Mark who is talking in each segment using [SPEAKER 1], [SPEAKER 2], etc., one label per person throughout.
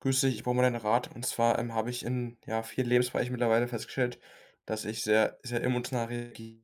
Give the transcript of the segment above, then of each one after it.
[SPEAKER 1] Grüß dich, ich brauche mal deinen Rat. Und zwar, habe ich in, ja, vielen Lebensbereichen mittlerweile festgestellt, dass ich sehr, sehr emotional reagiere.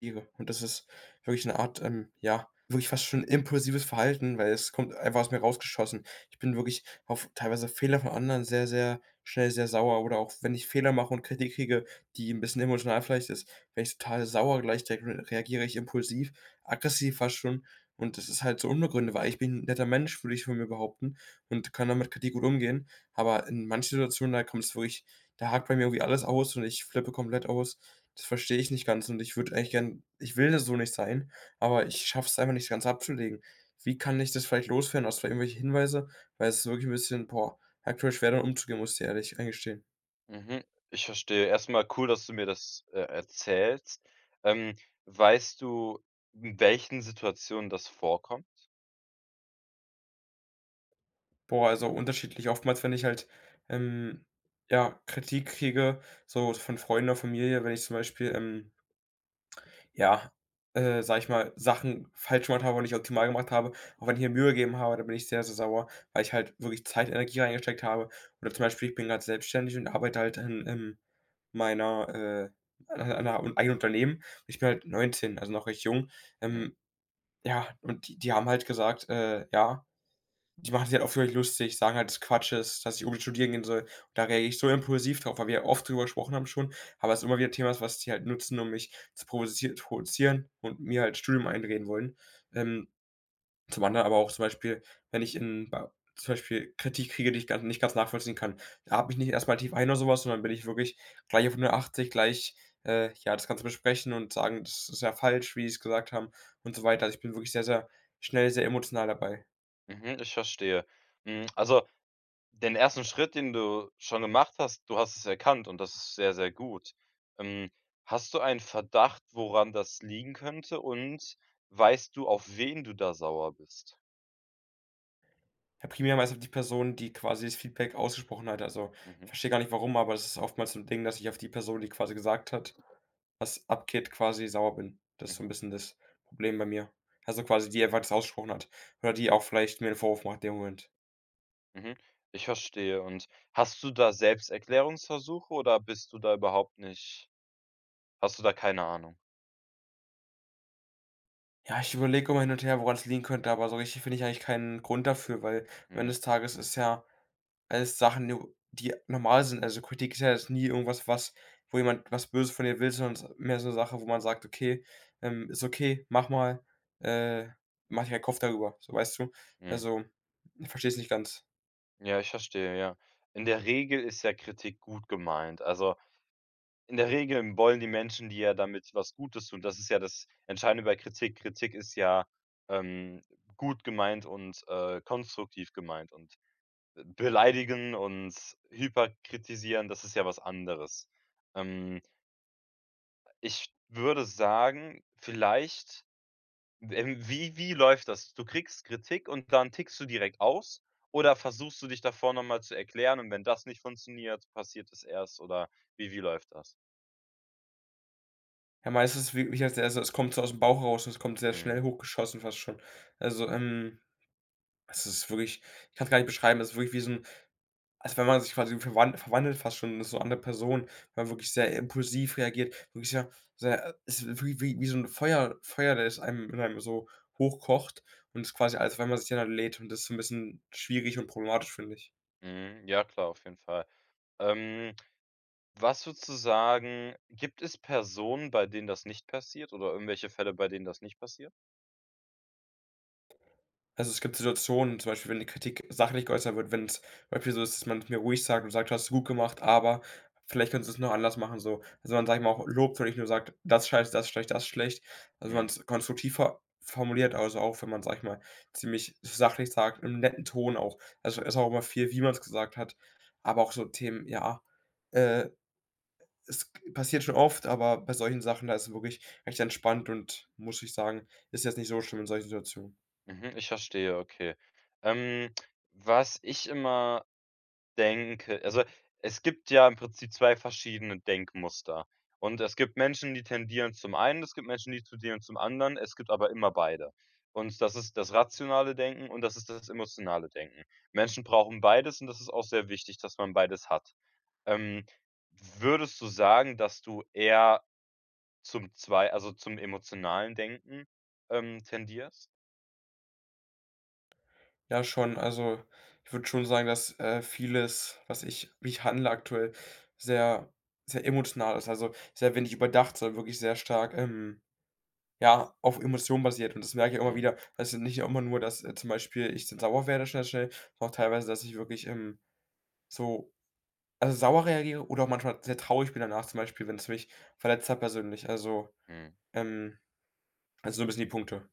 [SPEAKER 1] Tiere. Und das ist wirklich eine Art, ja, wirklich fast schon impulsives Verhalten, weil es kommt einfach aus mir rausgeschossen. Ich bin wirklich auf teilweise Fehler von anderen sehr, sehr schnell sehr sauer, oder auch wenn ich Fehler mache und Kritik kriege, die ein bisschen emotional vielleicht ist, werde ich total sauer gleich, direkt re reagiere ich impulsiv, aggressiv fast schon. Und das ist halt so unbegründet, weil ich bin 'n netter Mensch, würde ich von mir behaupten, und kann damit Kritik gut umgehen. Aber in manchen Situationen, da kommt es wirklich, da hakt bei mir irgendwie alles aus und ich flippe komplett aus. Das verstehe ich nicht ganz, und ich würde eigentlich gern, ich will so nicht sein, aber ich schaffe es einfach nicht ganz abzulegen. Wie kann ich das vielleicht loswerden? Hast du da irgendwelche Hinweise? Weil es ist wirklich ein bisschen, boah, aktuell schwer damit umzugehen, muss ich dir ehrlich eingestehen.
[SPEAKER 2] Mhm, ich verstehe. Erst mal cool, dass du mir das, erzählst. Ähm, Weißt du, in welchen Situationen das vorkommt?
[SPEAKER 1] Boah, also unterschiedlich. Oftmals, wenn ich halt, ähm, ja, Kritik kriege, so von Freunden oder Familie, wenn ich zum Beispiel, ja, sage ich mal, Sachen falsch gemacht habe und nicht optimal gemacht habe. Auch wenn ich mir Mühe gegeben habe, da bin ich sehr, sehr sauer, weil ich halt wirklich Zeit, Energie reingesteckt habe. Oder zum Beispiel, ich bin gerade selbstständig und arbeite halt in, meiner, an einer, an 'ner eigenen Unternehmen. Ich bin halt 19, also noch recht jung.
[SPEAKER 2] Mhm,
[SPEAKER 1] Ähm, ja, und die haben halt gesagt, ja, die machen sich halt oft über mich lustig, sagen halt, dass Quatsch ist, dass ich unbedingt studieren gehen soll. Da reagiere ich so impulsiv drauf, weil wir oft drüber gesprochen haben schon, aber es immer wieder Thema ist, was die halt nutzen, um mich zu provozieren und mir halt Studium einreden wollen. Ähm, zum anderen aber auch zum Beispiel, wenn ich in ba zum Beispiel Kritik kriege, die ich ganz nicht ganz nachvollziehen kann. Da atme ich nicht erst mal tief ein oder sowas, sondern bin ich wirklich gleich auf 180, gleich, ja, das Ganze besprechen und sagen: „Das ist ja falsch, wie sie es gesagt haben" und so weiter. Also, ich bin wirklich sehr, sehr schnell, sehr emotional dabei.
[SPEAKER 2] mhm, ich verstehe. Also, den ersten Schritt, den du schon gemacht hast, du hast es erkannt und das ist sehr, sehr gut. Ähm, Hast du einen Verdacht, woran das liegen könnte, und weißt du, auf wen du da sauer bist?
[SPEAKER 1] Ja, primär meistens die Person, die quasi das Feedback ausgesprochen hat. Also, ich
[SPEAKER 2] Mhm,
[SPEAKER 1] verstehe gar nicht warum, aber das ist oftmals so 'n Ding, dass ich auf die Person, die quasi gesagt hat, was abgeht, quasi sauer bin. Das ist so 'n
[SPEAKER 2] mhm,
[SPEAKER 1] bisschen das Problem bei mir. Also, quasi die einfach das ausgesprochen hat, oder die auch vielleicht mir 'nen Vorwurf macht in dem Moment.
[SPEAKER 2] mhm. Ich verstehe. Und hast du da Selbsterklärungsversuche oder bist du da überhaupt nicht? Hast du da keine Ahnung?
[SPEAKER 1] Ja, ich überlege immer hin und her, woran's liegen könnte, aber so richtig finde ich eigentlich keinen Grund dafür, weil am Ende
[SPEAKER 2] Mhm,
[SPEAKER 1] des Tages ist ja als Sachen, nu die normal sind. Also, Kritik ist ja jetzt nie irgendwas, was, wo jemand was Böses von dir will, sondern es ist mehr so eine Sache, wo man sagt: „Okay, ist okay, mach mal, äh, mach dir keinen Kopf darüber", so, weißt du?
[SPEAKER 2] mhm.
[SPEAKER 1] Also, ich verstehe es nicht ganz.
[SPEAKER 2] Ja, ich verstehe, ja. In der Regel ist ja Kritik gut gemeint. Also, in der Regel wollen die Menschen die ja damit was Gutes tun. Das ist ja das Entscheidende bei Kritik. Kritik ist ja, ähm, gut gemeint und, konstruktiv gemeint und beleidigen und hyperkritisieren, das ist ja was anderes. Ähm, Ich würde sagen, vielleicht. Wie läuft das? Du kriegst Kritik und dann tickst du direkt aus, oder versuchst du dich davor noch mal zu erklären, und wenn das nicht funktioniert, passiert es erst? Oder wie läuft das?
[SPEAKER 1] Ja, meistens wirklich als also, es kommt so aus dem Bauch raus und es kommt sehr
[SPEAKER 2] Mhm,
[SPEAKER 1] schnell hochgeschossen fast schon. Also, es ist wirklich, ich kann's gar nicht beschreiben, es ist wirklich wie so 'n. Also, wenn man sich quasi verwandelt fast schon in so 'ne andere Person, wenn man wirklich sehr impulsiv reagiert, wirklich sehr, sehr ist wie so 'n Feuer, Feuer, das einem in einem so hochkocht und ist quasi als wenn man sich dann lädt, und das ist so 'n bisschen schwierig und problematisch, finde ich.
[SPEAKER 2] mhm, ja klar, auf jeden Fall. Ähm, was würdest du sagen, gibt es Personen, bei denen das nicht passiert, oder irgendwelche Fälle, bei denen das nicht passiert?
[SPEAKER 1] Also, es gibt Situationen, zum Beispiel, wenn die Kritik sachlich geäußert wird, wenn's zum Beispiel so ist, dass man mir ruhig sagt und sagt: „Hast du gut gemacht, aber vielleicht könntest es noch anders machen", so. Also, man, sage ich mal, auch lobt und nicht nur sagt: „Das scheiße, das schlecht, das schlecht." Also, wenn man
[SPEAKER 2] Mhm,
[SPEAKER 1] es konstruktiv ver formuliert, also auch wenn man, sage ich mal, ziemlich sachlich sagt, im netten Ton auch. Also, es ist auch immer viel, wie man es gesagt hat, aber auch so Themen, ja, äh, es g passiert schon oft, aber bei solchen Sachen, da ist es wirklich recht entspannt, und muss ich sagen, ist jetzt nicht so schlimm in solchen Situationen.
[SPEAKER 2] mhm, ich verstehe, okay. Ähm, was ich immer denke, also, es gibt ja im Prinzip 2 verschiedene Denkmuster. Und es gibt Menschen, die tendieren zum einen, es gibt Menschen, die tendieren zum anderen, es gibt aber immer beide. Und das ist das rationale Denken und das ist das emotionale Denken. Menschen brauchen beides und das ist auch sehr wichtig, dass man beides hat. Ähm, würdest du sagen, dass du eher zum zwei, also, zum emotionalen Denken, tendierst?
[SPEAKER 1] Ja, schon. Also, ich würde schon sagen, dass, vieles, was ich wie ich handle aktuell, sehr, sehr emotional ist, also sehr wenig überdacht, sondern wirklich sehr stark, ja, auf Emotionen basiert, und das merke ich immer
[SPEAKER 2] Mhm,
[SPEAKER 1] wieder. Also, nicht immer nur, dass, zum Beispiel ich dann sauer werde, schnell, schnell, sondern auch teilweise, dass ich wirklich, so, also, sauer reagiere oder auch manchmal sehr traurig bin danach, zum Beispiel, wenn es mich verletzt hat persönlich.
[SPEAKER 2] mhm.
[SPEAKER 1] Ähm also, so ein bisschen die Punkte.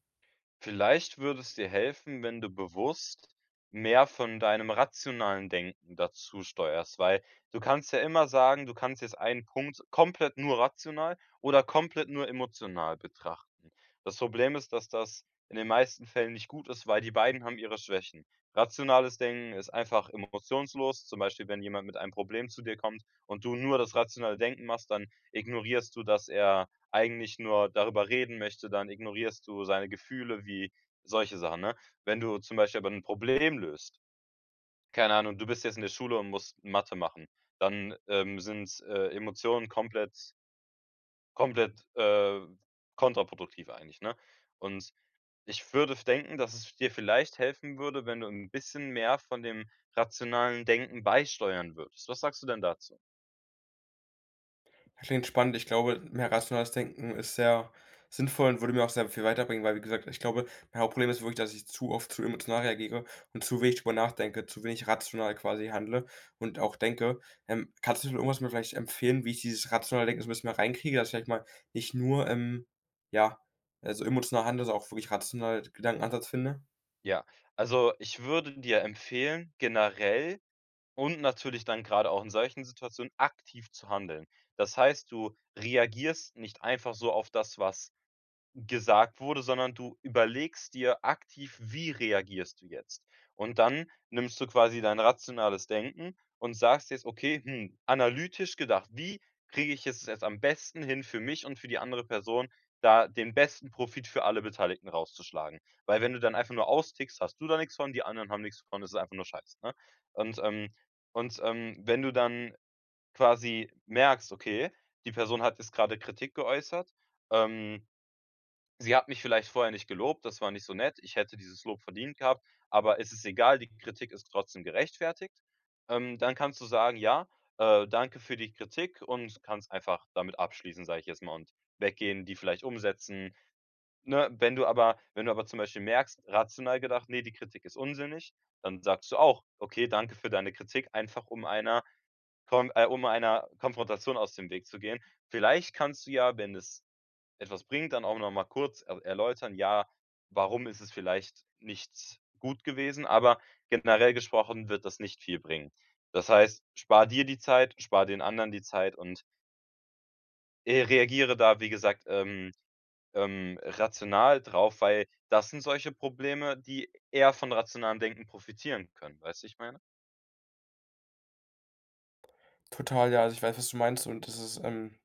[SPEAKER 2] Vielleicht würde es dir helfen, wenn du bewusst mehr von deinem rationalen Denken dazu steuerst, weil du kannst ja immer sagen, du kannst jetzt einen Punkt komplett nur rational oder komplett nur emotional betrachten. Das Problem ist, dass das in den meisten Fällen nicht gut ist, weil die beiden haben ihre Schwächen. Rationales Denken ist einfach emotionslos. Zum Beispiel, wenn jemand mit einem Problem zu dir kommt und du nur das rationale Denken machst, dann ignorierst du, dass er eigentlich nur darüber reden möchte, dann ignorierst du seine Gefühle wie solche Sachen, ne? Wenn du zum Beispiel aber 'n Problem löst, keine Ahnung, du bist jetzt in der Schule und musst Mathe machen, dann, sind, Emotionen komplett komplett, äh, kontraproduktiv eigentlich, ne? Und ich würde f denken, dass es dir vielleicht helfen würde, wenn du 'n bisschen mehr von dem rationalen Denken beisteuern würdest. Was sagst du denn dazu?
[SPEAKER 1] Ja, klingt spannend. Ich glaube, mehr rationales Denken ist sehr sinnvoll und würde mir auch sehr viel weiterbringen, weil, wie gesagt, ich glaube, mein Hauptproblem ist wirklich, dass ich zu oft zu emotional reagiere und zu wenig drüber nachdenke, zu wenig rational quasi handle und auch denke. Kannst du irgendwas mir vielleicht empfehlen, wie ich dieses rationale Denken so ein bisschen mehr reinkriege, dass ich vielleicht mal nicht nur, ja, also, emotional handle, sondern auch wirklich rational Gedankenansatz finde?
[SPEAKER 2] Ja, also, ich würde dir empfehlen, generell. Und natürlich dann gerade auch in solchen Situationen aktiv zu handeln. Das heißt, du reagierst nicht einfach so auf das, was gesagt wurde, sondern du überlegst dir aktiv: „Wie reagierst du jetzt?“ Und dann nimmst du quasi dein rationales Denken und sagst jetzt: „Okay, hm, analytisch gedacht, wie kriege ich es jetzt am besten hin für mich und für die andere Person, da den besten Profit für alle Beteiligten rauszuschlagen?“ Weil wenn du dann einfach nur austickst, hast du da nichts von, die anderen haben nichts von, das ist einfach nur Scheiße, ne? Und, ähm und, wenn du dann quasi merkst: „Okay, die Person hat jetzt gerade Kritik geäußert, ähm“ Sie hat mich vielleicht vorher nicht gelobt, das war nicht so nett. Ich hätte dieses Lob verdient gehabt, aber es ist egal, die Kritik ist trotzdem gerechtfertigt. Dann kannst du sagen: „Ja, danke für die Kritik“ und kannst einfach damit abschließen, sage ich jetzt mal, und weggehen, die vielleicht umsetzen, ne? Wenn du aber zum Beispiel merkst, rational gedacht: nee, die Kritik ist unsinnig“, dann sagst du auch: „Okay, danke für deine Kritik“, einfach um einer Kon um einer Konfrontation aus dem Weg zu gehen. Vielleicht kannst du ja, wenn es etwas bringt, dann auch noch mal kurz er erläutern, ja, warum ist es vielleicht nicht gut gewesen, aber generell gesprochen wird das nicht viel bringen. Das heißt, spar dir die Zeit, spar den anderen die Zeit und, reagiere da, wie gesagt, rational drauf, weil das sind solche Probleme, die eher von rationalem Denken profitieren können. Weißt du, ich meine?
[SPEAKER 1] Total, ja. Also, ich weiß, was du meinst, und das ist,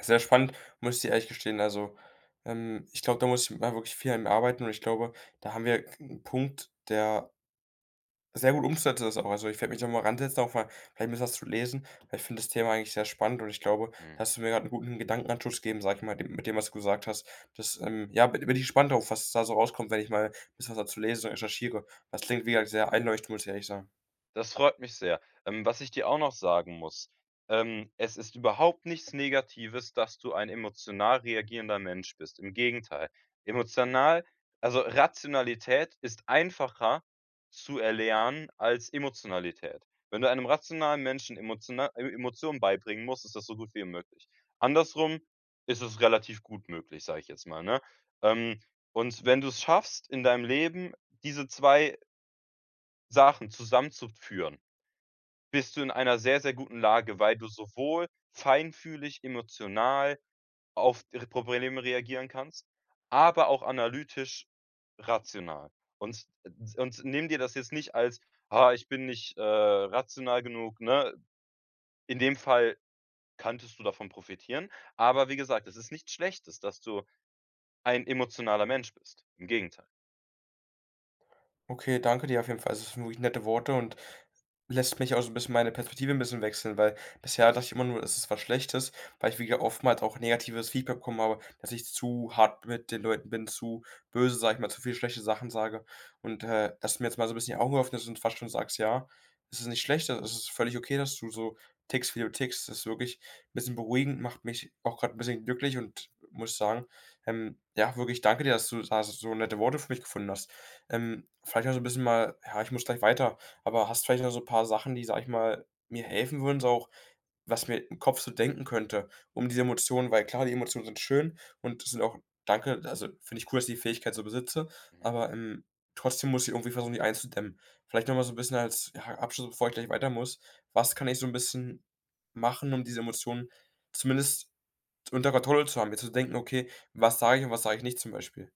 [SPEAKER 1] sehr spannend, muss ich dir ehrlich gestehen. Also, ich glaube, da muss ich mal wirklich viel an mir arbeiten, und ich glaube, da haben wir einen Punkt, der sehr gut umzusetzen ist auch. Also, ich werde mich da mal ransetzen, auch mal vielleicht ein bisschen was zu lesen, weil ich finde das Thema eigentlich sehr spannend, und ich glaube, da
[SPEAKER 2] Mhm.
[SPEAKER 1] hast du mir gerade einen guten Gedankenanstoß gegeben, sag ich mal, de mit dem, was du gesagt hast. Das, ja, bin ich gespannt drauf, was da so rauskommt, wenn ich mal ein bisschen was dazu lese und recherchiere. Das klingt, wie gesagt, sehr einleuchtend, muss ich ehrlich sagen.
[SPEAKER 2] Das freut mich sehr. Was ich dir auch noch sagen muss, es ist überhaupt nichts Negatives, dass du ein emotional reagierender Mensch bist. Im Gegenteil. Emotional, also Rationalität ist einfacher zu erlernen als Emotionalität. Wenn du einem rationalen Menschen emotionar E Emotionen beibringen musst, ist das so gut wie unmöglich. Andersrum ist es relativ gut möglich, sage ich jetzt mal, ne? Ähm, und wenn du es schaffst, in deinem Leben diese 2 Sachen zusammenzuführen, bist du in einer sehr, sehr guten Lage, weil du sowohl feinfühlig, emotional auf r Probleme reagieren kannst, aber auch analytisch rational. Und und nimm dir das jetzt nicht als: „Ah, ich bin nicht, rational genug“, ne? In dem Fall könntest du davon profitieren, aber wie gesagt, es ist nichts Schlechtes, dass du ein emotionaler Mensch bist. Im Gegenteil.
[SPEAKER 1] Okay, danke dir auf jeden Fall. Also, das sind wirklich nette Worte und lässt mich auch so ein bisschen meine Perspektive ein bisschen wechseln, weil bisher dachte ich immer nur, es ist was Schlechtes, weil ich wieder oftmals auch negatives Feedback bekommen habe, dass ich zu hart mit den Leuten bin, zu böse, sage ich mal, zu viele schlechte Sachen sage. Und, dass du mir jetzt mal so ein bisschen die Augen geöffnet und fast schon sagst: „Ja, es ist nicht schlecht, es ist völlig okay, dass du so tickst, wie du tickst." Das ist wirklich ein bisschen beruhigend, macht mich auch gerade ein bisschen glücklich, und muss sagen, ja, wirklich danke dir, dass du da so nette Worte für mich gefunden hast. Vielleicht auch so ein bisschen mal ja, ich muss gleich weiter, aber hast vielleicht noch so ein paar Sachen, die, sage ich mal, mir helfen würden, so auch was mir im Kopf so denken könnte, um diese Emotionen, weil klar, die Emotionen sind schön und das sind auch, danke, also, finde ich cool, dass ich die Fähigkeit so besitze,
[SPEAKER 2] Mhm.
[SPEAKER 1] aber, trotzdem muss ich irgendwie versuchen, die einzudämmen. Vielleicht noch mal so ein bisschen als, ja, Abschluss, bevor ich gleich weiter muss. Was kann ich so ein bisschen machen, um diese Emotionen zumindest unter Kontrolle zu haben, mir zu denken: „Okay, was sage ich und was sage ich nicht", zum Beispiel?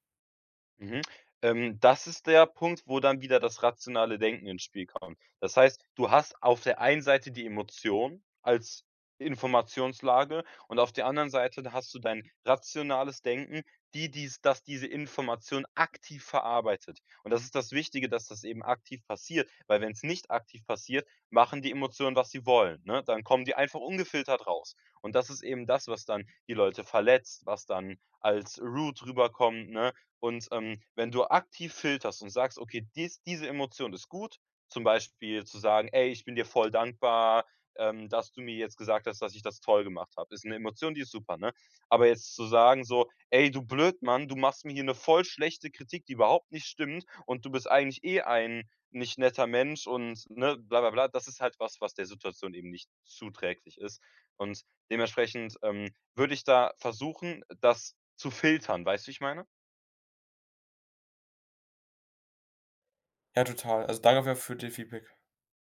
[SPEAKER 2] Mhm. Das ist der Punkt, wo dann wieder das rationale Denken ins Spiel kommt. Das heißt, du hast auf der einen Seite die Emotion als Informationslage und auf der anderen Seite hast du dein rationales Denken, die diese Information aktiv verarbeitet. Und das ist das Wichtige, dass das eben aktiv passiert, weil wenn es nicht aktiv passiert, machen die Emotionen, was sie wollen, ne? Dann kommen die einfach ungefiltert raus. Und das ist eben das, was dann die Leute verletzt, was dann als rude rüberkommt, ne? Und, wenn du aktiv filterst und sagst: „Okay, diese Emotion ist gut“, zum Beispiel zu sagen: „Ey, ich bin dir voll dankbar, dass du mir jetzt gesagt hast, dass ich das toll gemacht habe.“ Ist eine Emotion, die ist super, ne? Aber jetzt zu sagen so: „Ey, du Blödmann, du machst mir hier eine voll schlechte Kritik, die überhaupt nicht stimmt und du bist eigentlich eh ein nicht netter Mensch und ne, bla bla bla.“ Das ist halt was, was der Situation eben nicht zuträglich ist. Und dementsprechend, würde ich da versuchen, das zu filtern, weißt du, wie ich meine?
[SPEAKER 1] Ja, total. Also, danke auf jeden Fall für den Feedback.